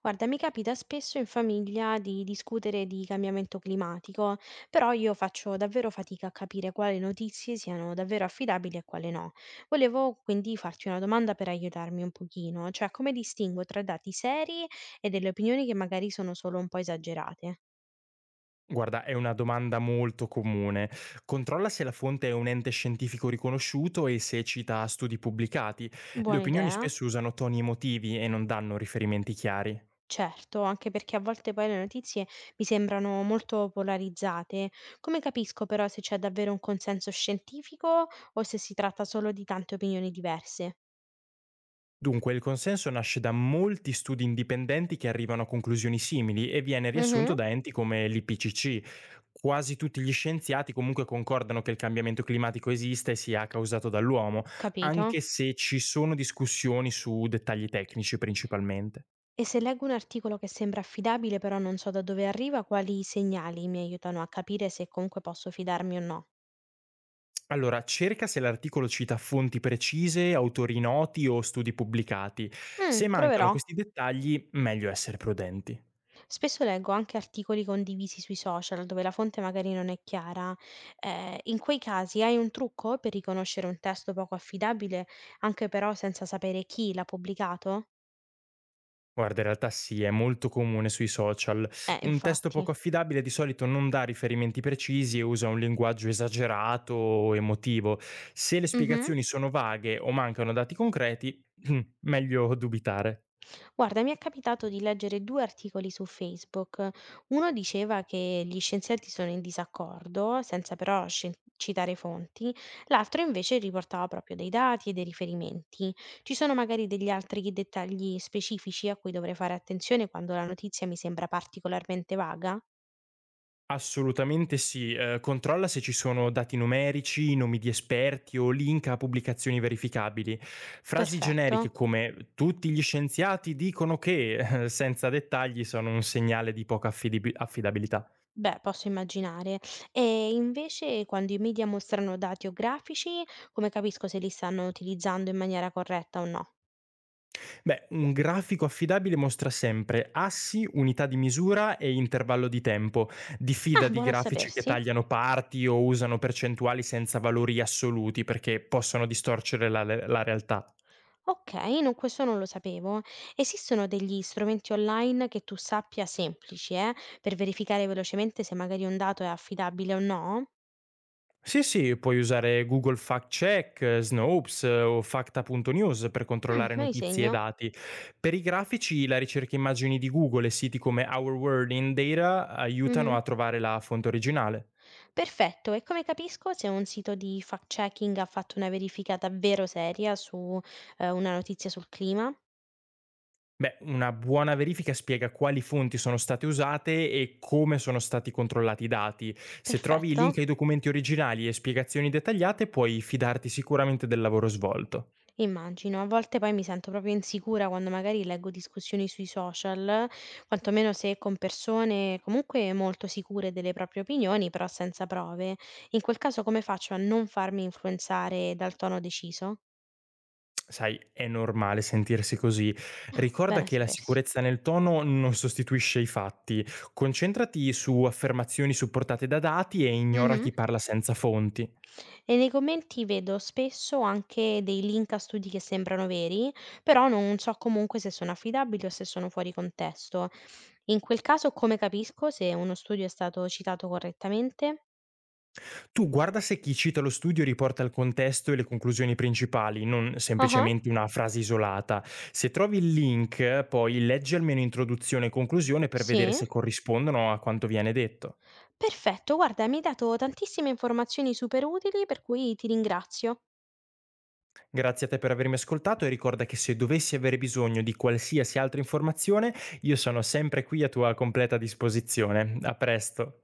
Guarda, mi capita spesso in famiglia di discutere di cambiamento climatico, però io faccio davvero fatica a capire quali notizie siano davvero affidabili e quale no. Volevo quindi farti una domanda per aiutarmi un pochino, cioè come distingo tra dati seri e delle opinioni che magari sono solo un po' esagerate? Guarda, è una domanda molto comune. Controlla se la fonte è un ente scientifico riconosciuto e se cita studi pubblicati. Le Buona opinioni idea. spesso usano toni emotivi e non danno riferimenti chiari. Certo, anche perché a volte poi le notizie mi sembrano molto polarizzate. Come capisco però se c'è davvero un consenso scientifico o se si tratta solo di tante opinioni diverse? Dunque, il consenso nasce da molti studi indipendenti che arrivano a conclusioni simili e viene riassunto Mh-mh. da enti come l'IPCC. Quasi tutti gli scienziati comunque concordano che il cambiamento climatico esiste e sia causato dall'uomo, Capito. anche se ci sono discussioni su dettagli tecnici principalmente. E se leggo un articolo che sembra affidabile, però non so da dove arriva, quali segnali mi aiutano a capire se comunque posso fidarmi o no? Allora, cerca se l'articolo cita fonti precise, autori noti o studi pubblicati. Se mancano Proverò. questi dettagli, meglio essere prudenti. Spesso leggo anche articoli condivisi sui social dove la fonte magari non è chiara. In quei casi hai un trucco per riconoscere un testo poco affidabile, anche però senza sapere chi l'ha pubblicato? Guarda, in realtà sì, è molto comune sui social. Un testo Infatti. poco affidabile di solito non dà riferimenti precisi e usa un linguaggio esagerato o emotivo. Se le Mh-mh. spiegazioni sono vaghe o mancano dati concreti, meglio dubitare. Guarda, mi è capitato di leggere due articoli su Facebook. Uno diceva che gli scienziati sono in disaccordo, senza però citare fonti, l'altro invece riportava proprio dei dati e dei riferimenti. Ci sono magari degli altri dettagli specifici a cui dovrei fare attenzione quando la notizia mi sembra particolarmente vaga? Assolutamente sì, controlla se ci sono dati numerici, nomi di esperti o link a pubblicazioni verificabili. Frasi Perfetto. generiche come "tutti gli scienziati dicono che", senza dettagli sono un segnale di poca affidib affidabilità. Beh, posso immaginare. E invece quando i media mostrano dati o grafici, come capisco se li stanno utilizzando in maniera corretta o no? Beh, un grafico affidabile mostra sempre assi, unità di misura e intervallo di tempo. Ah, Diffida di buono a grafici che sapersi. tagliano parti o usano percentuali senza valori assoluti perché possono distorcere la realtà. Okay, no, questo non lo sapevo. Esistono degli strumenti online che tu sappia semplici, per verificare velocemente se magari un dato è affidabile o no? Sì, sì, puoi usare Google Fact Check, Snopes o Facta.news per controllare Me li notizie e segno. dati. Per i grafici, la ricerca immagini di Google e siti come Our World in Data Mh-mh. aiutano a trovare la fonte originale. Perfetto, e come capisco se un sito di fact checking ha fatto una verifica davvero seria su, una notizia sul clima? Beh, una buona verifica spiega quali fonti sono state usate e come sono stati controllati i dati. Se trovi i Perfetto. link ai documenti originali e spiegazioni dettagliate, puoi fidarti sicuramente del lavoro svolto. Immagino. A volte poi mi sento proprio insicura quando magari leggo discussioni sui social, quantomeno se con persone comunque molto sicure delle proprie opinioni, però senza prove. In quel caso come faccio a non farmi influenzare dal tono deciso? Sai, è normale sentirsi così. Ricorda Bene a che la sapersi. sicurezza nel tono non sostituisce i fatti. Concentrati su affermazioni supportate da dati e ignora Mhm. chi parla senza fonti. E nei commenti vedo spesso anche dei link a studi che sembrano veri, però non so comunque se sono affidabili o se sono fuori contesto. In quel caso come capisco se uno studio è stato citato correttamente? Tu guarda se chi cita lo studio riporta il contesto e le conclusioni principali, non Ah ah. semplicemente una frase isolata. Se trovi il link, poi leggi almeno introduzione e conclusione per vedere Sì? se corrispondono a quanto viene detto. Perfetto, guarda, mi hai dato tantissime informazioni super utili, per cui ti ringrazio. Grazie a te per avermi ascoltato e ricorda che se dovessi avere bisogno di qualsiasi altra informazione, io sono sempre qui a tua completa disposizione. A presto.